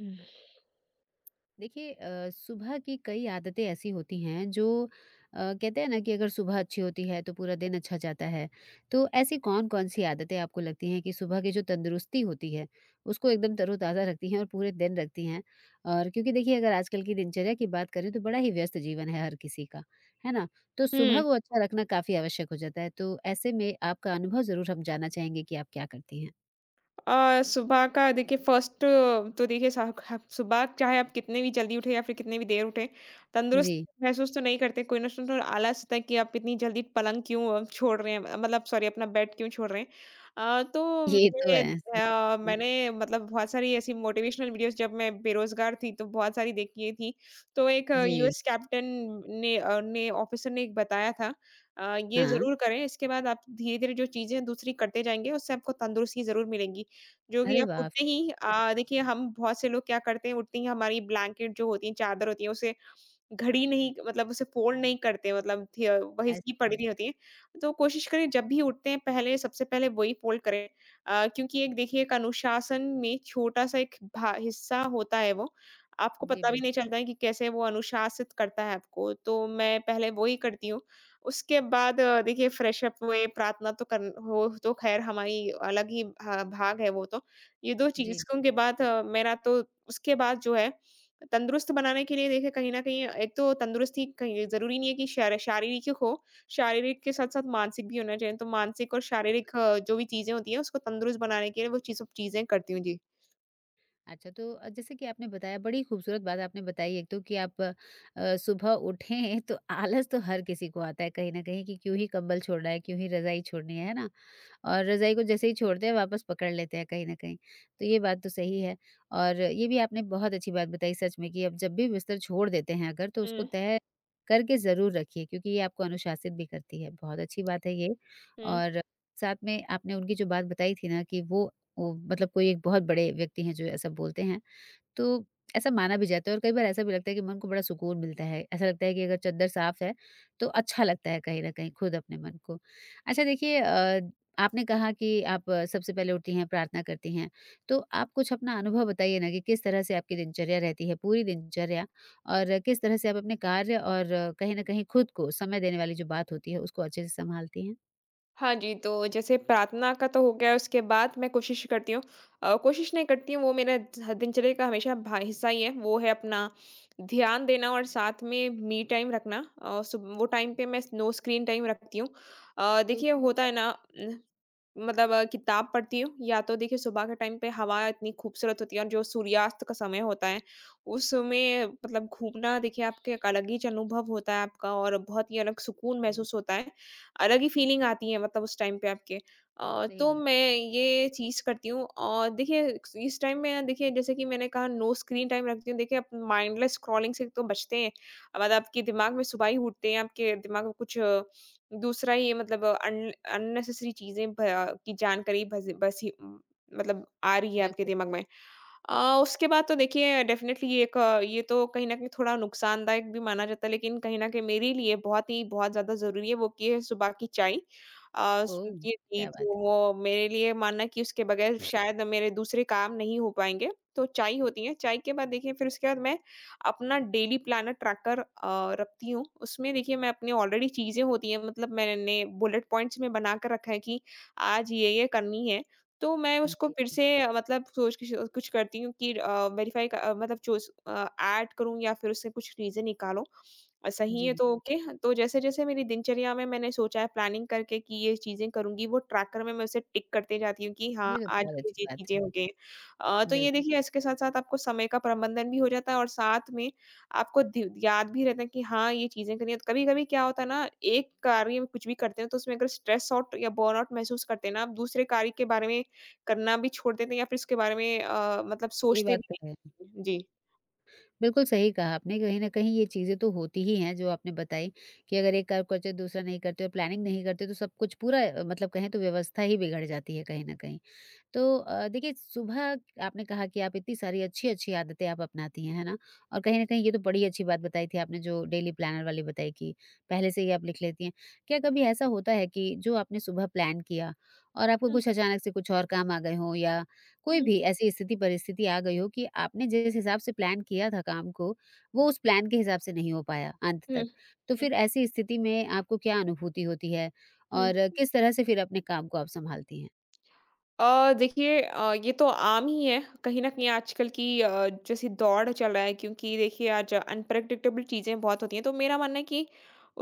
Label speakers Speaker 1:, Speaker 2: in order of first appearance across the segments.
Speaker 1: हुँ।
Speaker 2: देखिए सुबह की कई आदतें ऐसी होती हैं जो कहते हैं ना कि अगर सुबह अच्छी होती है तो पूरा दिन अच्छा जाता है। तो ऐसी कौन कौन सी आदतें आपको लगती हैं कि सुबह की जो तंदुरुस्ती होती है उसको एकदम तरोताज़ा रखती हैं और पूरे दिन रखती हैं। और क्योंकि देखिए अगर आजकल की दिनचर्या की बात करें तो बड़ा ही व्यस्त जीवन है हर किसी का, है ना? तो
Speaker 1: हुँ,
Speaker 2: सुबह को अच्छा रखना काफ़ी आवश्यक हो जाता है, तो ऐसे में आपका अनुभव ज़रूर हम जानना चाहेंगे कि आप क्या करती हैं।
Speaker 1: सुबह का देखिए फ़र्स्ट तो देखिए साह ख सुबह चाहे आप कितने भी जल्दी उठें या फिर कितनी भी देर उठें, तंदुरुस्त
Speaker 2: जी।
Speaker 1: महसूस तो नहीं करते। कोई ना सुनो आलस होता है कि आप इतनी जल्दी पलंग क्यों छोड़ रहे हैं मतलब सॉरी अपना बेड क्यों छोड़ रहे हैं। अ, तो
Speaker 2: ये तो
Speaker 1: मैंने
Speaker 2: है।
Speaker 1: अ, मैंने मतलब बहुत सारी ऐसी मोटिवेशनल वीडियोज़ जब मैं बेरोज़गार थी तो बहुत सारी देखी थी। तो एक
Speaker 2: जी।
Speaker 1: यूएस कैप्टन ने ऑफ़िसर ने एक बताया था। ये
Speaker 2: हाँ।
Speaker 1: ज़रूर करें इसके बाद आप धीरे-धीरे जो चीज़ें दूसरी करते जाएँगे उससे आपको तंदुरुस्ती ज़रूर मिलेगी। जो कि
Speaker 2: अरे
Speaker 1: आप
Speaker 2: वाह!
Speaker 1: उठते ही, देखिए हम बहुत से लोग क्या करते हैं उठते ही हमारी ब्लैंकेट जो होती है, चादर होती है उसे घड़ी नहीं मतलब उसे फ़ोल्ड नहीं करते, मतलब वही
Speaker 2: ऐसे
Speaker 1: सी पड़ी
Speaker 2: छोड़
Speaker 1: रही
Speaker 2: दें।
Speaker 1: होती है। तो कोशिश करें जब भी उठते हैं पहले सबसे पहले वही फ़ोल्ड करें। क्योंकि एक देखिए एक अनुशासन में छोटा-सा एक भा हिस्सा होता है वो। आपको
Speaker 2: जी,
Speaker 1: पता भी नहीं
Speaker 2: बिल्कुल।
Speaker 1: चलता है कि कैसे वो अनुशासित करता है आपको। तो मैं पहले वो ही करती हूँ। उसके बाद देखिए फ्रेश अप हुए, प्रार्थना तो कर हो तो ख़ैर हमारी अलग ही भा भाग है वो तो। ये 2
Speaker 2: जी।
Speaker 1: चीज़ों के बाद मेरा तो उसके बाद जो है तंदुरुस्त बनाने के लिए, देखिए कहीं न कहीं एक तो तंदुरुस्ती कहीं ज़रूरी नहीं है कि शारीरिक ही हो, शारीरिक के साथ-साथ मानसिक भी होना चाहिए। तो मानसिक और शारीरिक जो भी चीज़ें होती हैं उसको तंदुरुस्त बनाने के लिए वो चीज़ सब चीज़ें करती हूँ। जी।
Speaker 2: अच्छा तो जैसे कि आपने बताया, बड़ी खूबसूरत बात आपने बताई। एक तो कि आप सुबह उठें तो आलस तो हर किसी को आता है कहीं न कहीं कि क्यों ही कंबल छोड़ना है, क्यों ही रज़ाई छोड़नी है ना? और रज़ाई को जैसे ही छोड़ते हैं वापस पकड़ लेते हैं कहीं न कहीं। तो ये बात तो सही है। और ये भी आपने बहुत अच्छी बात बताई सच में कि अब जब भी बिस्तर छोड़ देते हैं अगर, तो उसको
Speaker 1: हुँ,
Speaker 2: तय करके ज़रूर रखिए क्योंकि ये आपको अनुशासित भी करती है। बहुत अच्छी बात है ये।
Speaker 1: हुँ।
Speaker 2: और साथ में आपने उनकी जो बात बताई थी ना कि वो, मतलब कोई एक बहुत बड़े व्यक्ति हैं जो ऐसा बोलते हैं। तो ऐसा माना भी जाता है और कई बार ऐसा भी लगता है कि मन को बड़ा सुकून मिलता है। ऐसा लगता है कि अगर चद्दर साफ है, तो अच्छा लगता है कहीं न कहीं खुद अपने मन को। अच्छा देखिए, आपने कहा कि आप सबसे पहले उठती हैं, प्रार्थना करती हैं। तो आप कुछ अपना अनुभव बताइए ना कि किस तरह से आपकी दिनचर्या रहती है, पूरी दिनचर्या, और किस तरह से आप अपने कार्य और कहीं न कहीं खुद को समय देने वाली जो बात होती है, उसको अच्छे से संभालती हैं?
Speaker 1: हाँ जी, तो जैसे प्रार्थना का तो हो गया, उसके बाद मैं कोशिश करती हूँ। कोशिश नहीं करती हूँ, वो मेरा ध दिनचर्या का हमेशा भा हिस्सा ही है। वो है अपना ध्यान देना और साथ में मी टाइम रखना। अ, सुब वो टाइम पे मैं नो स्क्रीन टाइम रखती हूँ।
Speaker 2: तो
Speaker 1: देखिए
Speaker 2: उसके लिए
Speaker 1: होता
Speaker 2: क्या
Speaker 1: है ना। उम, किताब पढ़ती हूँ या तो देखिए सुबह के टाइम पे हवा इतनी खूबसूरत होती है, और जो सूर्यास्त का समय होता है, उसमें मतलब घूमना, देखिए आपका एक अलग ही ज अनुभव होता है आपका और बहुत ही अलग सुकून
Speaker 2: करती हैं?
Speaker 1: महसूस होता है। अलग ही फ़ीलिंग आती है मतलब उस टाइम पे आपके।
Speaker 2: सही
Speaker 1: तो
Speaker 2: बात,
Speaker 1: मैं ये चीज़ करती हूँ और देखिए इस टाइम में ना देखिए जैसे कि मैंने कहा नो स्क्रीन टाइम रखती हूँ। देखिए आप माइंडलेस स्क्रॉलिंग से तो बचते हैं। मतलब आपके दिमाग में सुबह ही उठते हैं, आपके दिमाग में कुछ दूसरा ही, मतलब अन अननेसेसरी चीज़ें भ की जानकारी भस बसी मतलब आ रही है आपके
Speaker 2: बिल्कुल।
Speaker 1: दिमाग में। उसके बाद तो देखिए डेफ़िनेटली ये एक ये तो कहीं न कहीं थोड़ा नुकसानदायक भी माना जाता है, लेकिन कहीं न कहीं मेरे लिए बहुत ही बहुत ज़्यादा ज़रूरी है, वो कि है सुबह की चाय। अ, स
Speaker 2: ओह!
Speaker 1: ये थी
Speaker 2: क्या बात
Speaker 1: तो
Speaker 2: है।
Speaker 1: वो मेरे लिए मानना कि उसके बगैर शायद मेरे दूसरे काम नहीं हो पाएँगे, तो चाय होती है। चाय के बाद देखिए फिर उसके बाद मैं अपना डेली प्लानर ट्रैकर रखती हूँ। उसमें देखिए मैं अपनी ऑलरेडी चीज़ें होती हैं, मतलब मैंने बुलेट पॉइंट्स में बना कर रखा है कि आज ये करनी है। तो मैं उसको फिर
Speaker 2: जी,
Speaker 1: से, मतलब सोच के श कुछ करती हूँ कि अ, वेरीफ़ाई क अ, मतलब चूज़ अ, ऐड करूँ या फिर उससे कुछ रीज़न निकालो। सही है
Speaker 2: जी।
Speaker 1: तो ओके, हाँ, तो जैसे-जैसे मेरी दिनचर्या में मैंने सोचा है प्लानिंग करके कि ये चीज़ें करूँगी, वो ट्रैकर में मैं उसे टिक करते जाती हूँ कि
Speaker 2: ये
Speaker 1: हाँ,
Speaker 2: तो
Speaker 1: आज
Speaker 2: बहुत अच्छी
Speaker 1: ये
Speaker 2: बात
Speaker 1: चीज़ें
Speaker 2: है।
Speaker 1: हो गई। तो ये
Speaker 2: बिल्कुल।
Speaker 1: देखिए इसके साथ-साथ आपको समय का प्रबंधन भी हो जाता है और साथ में आपको ध याद भी रहता है कि हाँ, ये चीज़ें करनी है। तो कभी-कभी क्या होता है ना, एक कार्य में कुछ भी करते हैं तो उसमें अगर स्ट्रेस आउट या बर्नआउट महसूस करते हैं ना, आप दूसरे कार्य के बारे में करना भी छोड़ देते हैं या फिर उसके बारे में मतलब
Speaker 2: ये
Speaker 1: सोचते
Speaker 2: बात
Speaker 1: भी
Speaker 2: तो है।
Speaker 1: नहीं। जी।
Speaker 2: बिल्कुल सही कहा आपने, कहीं न कहीं ये चीज़ें तो होती ही हैं जो आपने बताई कि अगर एक काम करते हो, दूसरा नहीं करते हो, प्लानिंग नहीं करते हो, तो सब कुछ पूरा मतलब कहें तो व्यवस्था ही बिगड़ जाती है कहीं न कहीं। तो देखिए सुबह, आपने कहा कि आप इतनी सारी अच्छी-अच्छी आदतें आप अपनाती हैं, है ना? और कहीं न कहीं ये तो बड़ी अच्छी बात बताई थी आपने जो डेली प्लानर वाली बताई कि पहले से ही आप लिख लेती हैं। क्या कभी ऐसा होता है कि जो आपने सुबह प्लान किया और आपको
Speaker 1: हुँ,
Speaker 2: कुछ अचानक से कुछ और काम आ गए हों या कोई
Speaker 1: हुँ,
Speaker 2: भी ऐसी स्थिति परिस्थिति आ गई हो कि आपने जिस हिसाब से प्लान किया था काम को, वो उस प्लान के हिसाब से नहीं हो पाया अंत
Speaker 1: हुँ,
Speaker 2: तक? तो
Speaker 1: हुँ,
Speaker 2: फिर ऐसी स्थिति में आपको क्या अनुभूति होती है और
Speaker 1: हुँ।
Speaker 2: किस तरह से फिर अपने काम को आप सँभालती
Speaker 1: देखिए, ये तो आम ही है कहीं न कहीं आजकल की, जैसी दौड़ चल रहा है, क्योंकि देखिए आज अनप्रेडिक्टेबल चीज़ें बहुत होती हैं, तो मेरा मानना है कि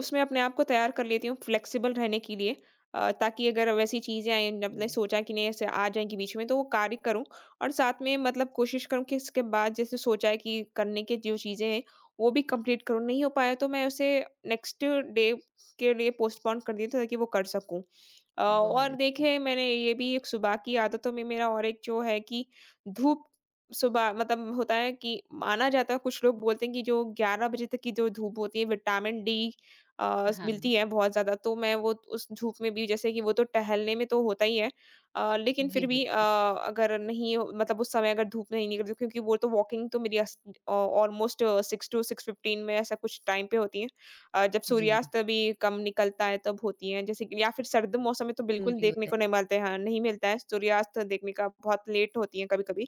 Speaker 1: उसमें अपने आप को तैयार कर लेती हूँ फ्लेक्सिबल रहने के लिए, ताकि अगर वैसी चीज़ें आएँ मैंने
Speaker 2: हैं?
Speaker 1: सोचा कि नहीं ऐसे आ जाएँगी बीच में तो वो कार्य करूँ और साथ में मतलब कोशिश करूँ कि इसके बाद जैसे सोचा है कि करने की जो चीज़ें हैं, वो भी कंप्लीट करूँ। नहीं हो पाया तो मैं उसे नेक्स्ट डे के लिए पोस्टपोन कर देती हूँ ताकि वो कर सकूँ।
Speaker 2: बहुत
Speaker 1: और
Speaker 2: अच्छी
Speaker 1: देखिए
Speaker 2: बात।
Speaker 1: मैंने ये भी एक सुबह की आदतों में मेरा और एक जो है कि धूप, सुबह मतलब होता है कि माना जाता है, कुछ लोग बोलते हैं कि जो 11 बजे तक की जो धूप होती है विटामिन डी
Speaker 2: हाँ,
Speaker 1: मिलती है बहुत ज्यादा, तो मैं वो उस धूप में भी, जैसे कि वो तो टहलने में तो होता ही है, अ, लेकिन
Speaker 2: जी
Speaker 1: फिर भी अ,
Speaker 2: बिल्कुल।
Speaker 1: अगर नहीं हो- मतलब उस समय अगर धूप नहीं निकलती क्योंकि वो तो वॉकिंग तो मेरी ऑलमोस्ट 6 टू 6:15 में ऐसा कुछ टाइम पे होती है, जब
Speaker 2: जी,
Speaker 1: सूर्यास्त भी कम निकलता है तब होती हैं, जैसे कि या फिर सर्द मौसम में तो बिल्कुल देखने को
Speaker 2: सूर्योदय।
Speaker 1: नहीं मिलते हैं, नहीं मिलता है सूर्यास्त देखने का, बहुत लेट होती हैं कभी-कभी।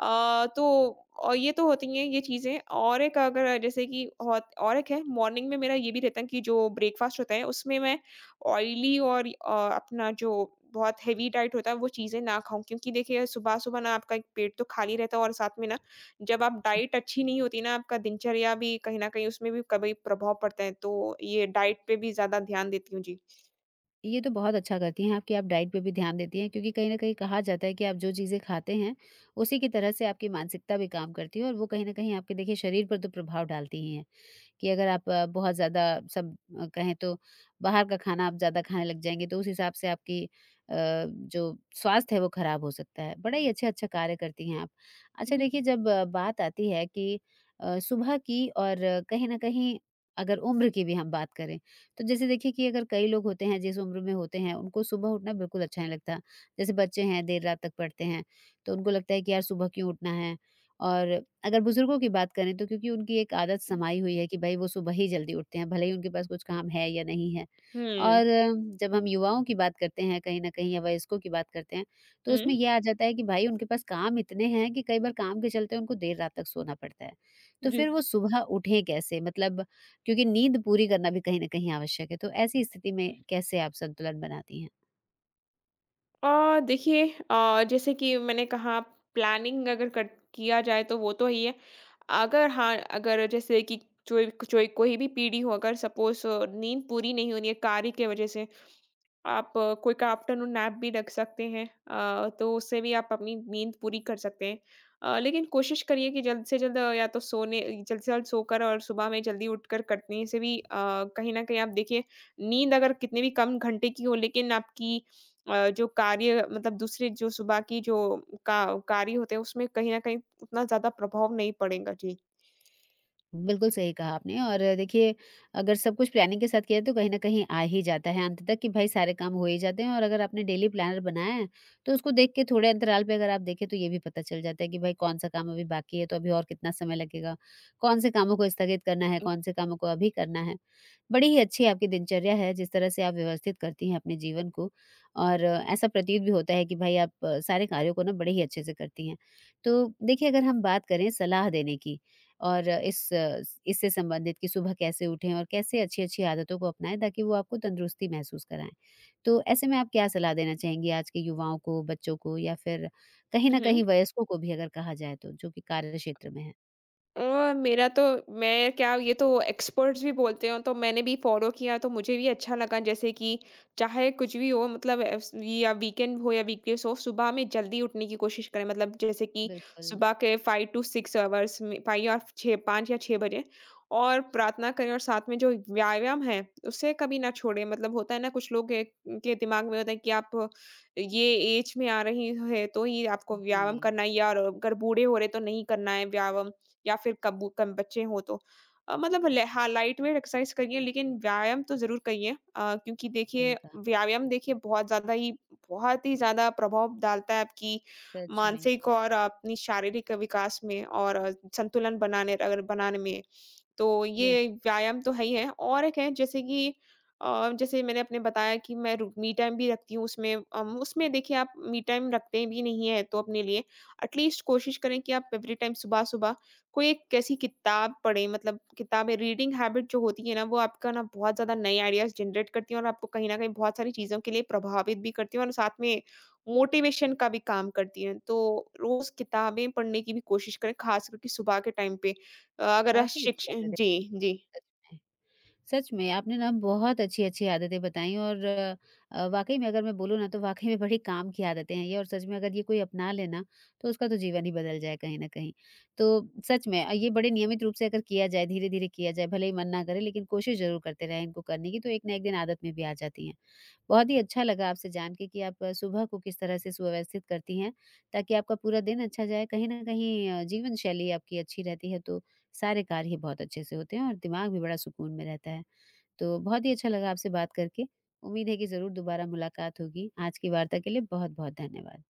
Speaker 1: तो और ये तो होती हैं ये चीज़ें, और एक अगर जैसे कि होत और एक है मॉर्निंग में मेरा ये भी रहता है कि जो ब्रेकफ़ास्ट होता है उसमें मैं ऑयली और अपना जो बहुत हेवी डाइट होता है वो चीज़ें ना खाऊँ, क्योंकि देखिए सुबह-सुबह ना आपका एक पेट तो खाली रहता है और साथ में ना जब आप डाइट अच्छी नहीं होती ना आपका दिनचर्या भी कहीं न कहीं उसमें भी कभी प्रभाव पड़ता है। तो ये डाइट पे भी ज़्यादा ध्यान देती हूँ। जी।
Speaker 2: ये तो बहुत अच्छा करती हैं आप कि आप डाइट पे भी ध्यान देती हैं क्योंकि कहीं न कहीं कहा जाता है कि आप जो चीज़ें खाते हैं, उसी की तरह से आपकी मानसिकता भी काम करती है और वो कहीं न कहीं आपके देखिए शरीर पर तो प्रभाव डालती ही हैं। कि अगर आप बहुत ज़्यादा सब कहें तो बाहर का खाना आप ज़्यादा खाने लग जाएँगे तो उस हिसाब से आपकी जो स्वास्थ्य है वो खराब हो सकता है। बड़ा ही अच्छा-अच्छा कार्य करती हैं आप। अच्छा
Speaker 1: हुँ,
Speaker 2: देखिए, जब बात आती है कि सुबह की, और कहीं न कहीं अगर उम्र की भी हम बात करें, तो जैसे देखिए कि अगर कई लोग होते हैं जिस उम्र में होते हैं उनको सुबह उठना बिल्कुल अच्छा नहीं लगता। जैसे बच्चे हैं देर रात तक पढ़ते हैं, तो उनको लगता है कि यार सुबह क्यों उठना है? और अगर बुज़ुर्गों की बात करें तो क्योंकि उनकी एक आदत
Speaker 1: हुँ।
Speaker 2: समाई हुई है कि भई वो सुबह ही जल्दी उठते हैं, भले ही उनके पास कुछ काम है या नहीं है।
Speaker 1: हुँ।
Speaker 2: और जब हम युवाओं की बात करते हैं कहीं न कहीं या वयस्कों की बात करते हैं, तो उसमें
Speaker 1: हुँ,
Speaker 2: ये आ जाता है कि भाई उनके पास काम इतने हैं कि कई बार काम के चलते उनको देर रात तक सोना पड़ता है। तो
Speaker 1: जी।
Speaker 2: फिर वो सुबह उठें कैसे? मतलब, क्योंकि नींद पूरी करना भी कहीं न कहीं आवश्यक है, तो ऐसी स्थिति में कैसे आप संतुलन बनाती हैं?
Speaker 1: देखिए, जैसे कि मैंने कहा, प्लानिंग अगर कर किया जाए तो वो तो ही है। अगर हाँ, अगर जैसे कि जो जो कोई भी पीढ़ी हो, अगर सपोज़ नींद पूरी नहीं होनी है कार्य की वज़ह से, आप क्विक आफ्टरनून नैप भी रख सकते हैं। तो उससे भी आप अपनी नींद पूरी कर सकते हैं। लेकिन कोशिश करिए कि जल्द से जल्द, अ, या तो सोने जल्द से जल्द सोकर और सुबह में जल्दी उठकर करने से भी, कहीं न कहीं आप देखिए नींद अगर कितने भी कम घंटे की हो लेकिन आपकी, जो कार्य मतलब दूसरे जो सुबह की जो का कार्य होते हैं उसमें कहीं न कहीं उतना ज़्यादा प्रभाव नहीं पड़ेगा। जी।
Speaker 2: बिल्कुल सही कहा आपने। और देखिए, अगर सब कुछ प्लानिंग के साथ किया तो कहीं न कहीं आ ही जाता है अंत तक कि भाई सारे काम हो ही जाते हैं, और अगर आपने डेली प्लानर बनाया है, तो उसको देख के थोड़े अंतराल पे अगर आप देखें तो ये भी पता चल जाता है कि भाई कौन-सा काम अभी बाकी है, तो अभी और कितना समय लगेगा, कौन से कामों को स्थगित करना है, कौन से कामों को अभी करना है। बड़ी ही अच्छी आपकी दिनचर्या है जिस तरह से आप व्यवस्थित करती हैं अपने जीवन को, और ऐसा प्रतीत भी होता है कि भाई आप सारे कार्यों को ना बड़े ही अच्छे से करती हैं। तो देखिए, अगर हम बात करें सलाह देने की और इस इससे संबंधित कि सुबह कैसे उठें और कैसे अच्छी-अच्छी आदतों को अपनाएँ ताकि वो आपको तंदुरुस्ती महसूस कराएँ। तो ऐसे में आप क्या सलाह देना चाहेंगी आज के युवाओं को, बच्चों को, या फिर कहीं न
Speaker 1: हुँ।
Speaker 2: कहीं वयस्कों को भी अगर कहा जाए तो, जो कि कार्य क्षेत्र में हैं?
Speaker 1: मेरा तो मैं क्या, ये तो एक्सपर्ट्स भी बोलते हो तो मैंने भी फॉलो किया तो मुझे भी अच्छा लगा जैसे कि चाहे कुछ भी हो, मतलब या वीकेंड हो या वीकडेज हो, सुबह में जल्दी उठने की कोशिश करें, मतलब जैसे कि
Speaker 2: बिल्कुल।
Speaker 1: सुबह के 5 टू 6 आवर्स में, 5 और 6, 5 या 6 बजे, और प्रार्थना करें और साथ में जो व्यायाम है उसे कभी ना छोड़े, मतलब होता है ना कुछ लोग के दिमाग में होता है कि आप ये एज में आ रही है तो ये आपको व्यायाम
Speaker 2: जी,
Speaker 1: करना है, या और अगर बूढ़े हो रहे तो नहीं करना है व्यायाम, या फिर कबू कम बच्चे हों तो। अ, मतलब ले हाँ, लाइट वेट एक्सरसाइज़ करिए लेकिन व्यायाम तो ज़रूर करिए। क्योंकि देखिए
Speaker 2: सही कहा।
Speaker 1: व्यायाम देखिए बहुत ही ज़्यादा प्रभाव डालता है आपकी
Speaker 2: सच में।
Speaker 1: मानसिक और अपनी शारीरिक विकास में, और अ, संतुलन बनाने अगर बनाने में। तो
Speaker 2: बिल,
Speaker 1: ये व्यायाम तो है ही है, और एक है जैसे कि जैसे मैंने अपने बताया कि मैं रू मी टाइम भी रखती हूँ, उसमें उसमें देखिए आप मी टाइम रखते भी नहीं है तो अपने लिए एटलीस्ट कोशिश करें कि आप एवरी टाइम सुबह-सुबह कोई एक ऐसी किताब पढ़ें, मतलब किताबें, रीडिंग हैबिट जो होती है ना, वो आपका ना बहुत ज़्यादा नए आइडियाज़ जनरेट करती हैं और आपको कहीं न कहीं बहुत सारी चीज़ों के लिए प्रभावित भी करती हैं और साथ में मोटिवेशन का भी काम करती हैं। तो रोज़ किताबें पढ़ने की भी कोशिश करें, खास करके सुबह के टाइम पे। अ, अगर
Speaker 2: काफ़ी अच्छी
Speaker 1: शिक्ष
Speaker 2: आदतें
Speaker 1: जी, जी।
Speaker 2: बताई। सच में आपने ना बहुत अच्छी-अच्छी आदतें बताई, और वाक़ई में अगर मैं बोलूँ ना तो वाक़ई में बड़ी काम की आदतें हैं ये, और सच में अगर ये कोई अपना ले ना, तो उसका तो जीवन ही बदल जाए कहीं न कहीं। तो सच में ये बड़े नियमित रूप से अगर किया जाए, धीरे-धीरे किया जाए, भले ही मन ना करे लेकिन कोशिश ज़रूर करते रहें इनको करने की, तो एक ना एक दिन आदत में भी आ जाती हैं। बहुत ही अच्छा लगा आपसे जान के कि आप सुबह को किस तरह से सुव्यवस्थित करती हैं ताकि आपका पूरा दिन अच्छा जाए। कहीं न कहीं जीवन शैली आपकी अच्छी रहती है तो सारे कार्य ही बहुत अच्छे से होते हैं और दिमाग भी बड़ा सुकून में रहता है। तो बहुत ही अच्छा लगा आपसे बात करके। उम्मीद है कि ज़रूर दोबारा मुलाकात होगी। आज की वार्ता के लिए बहुत-बहुत धन्यवाद।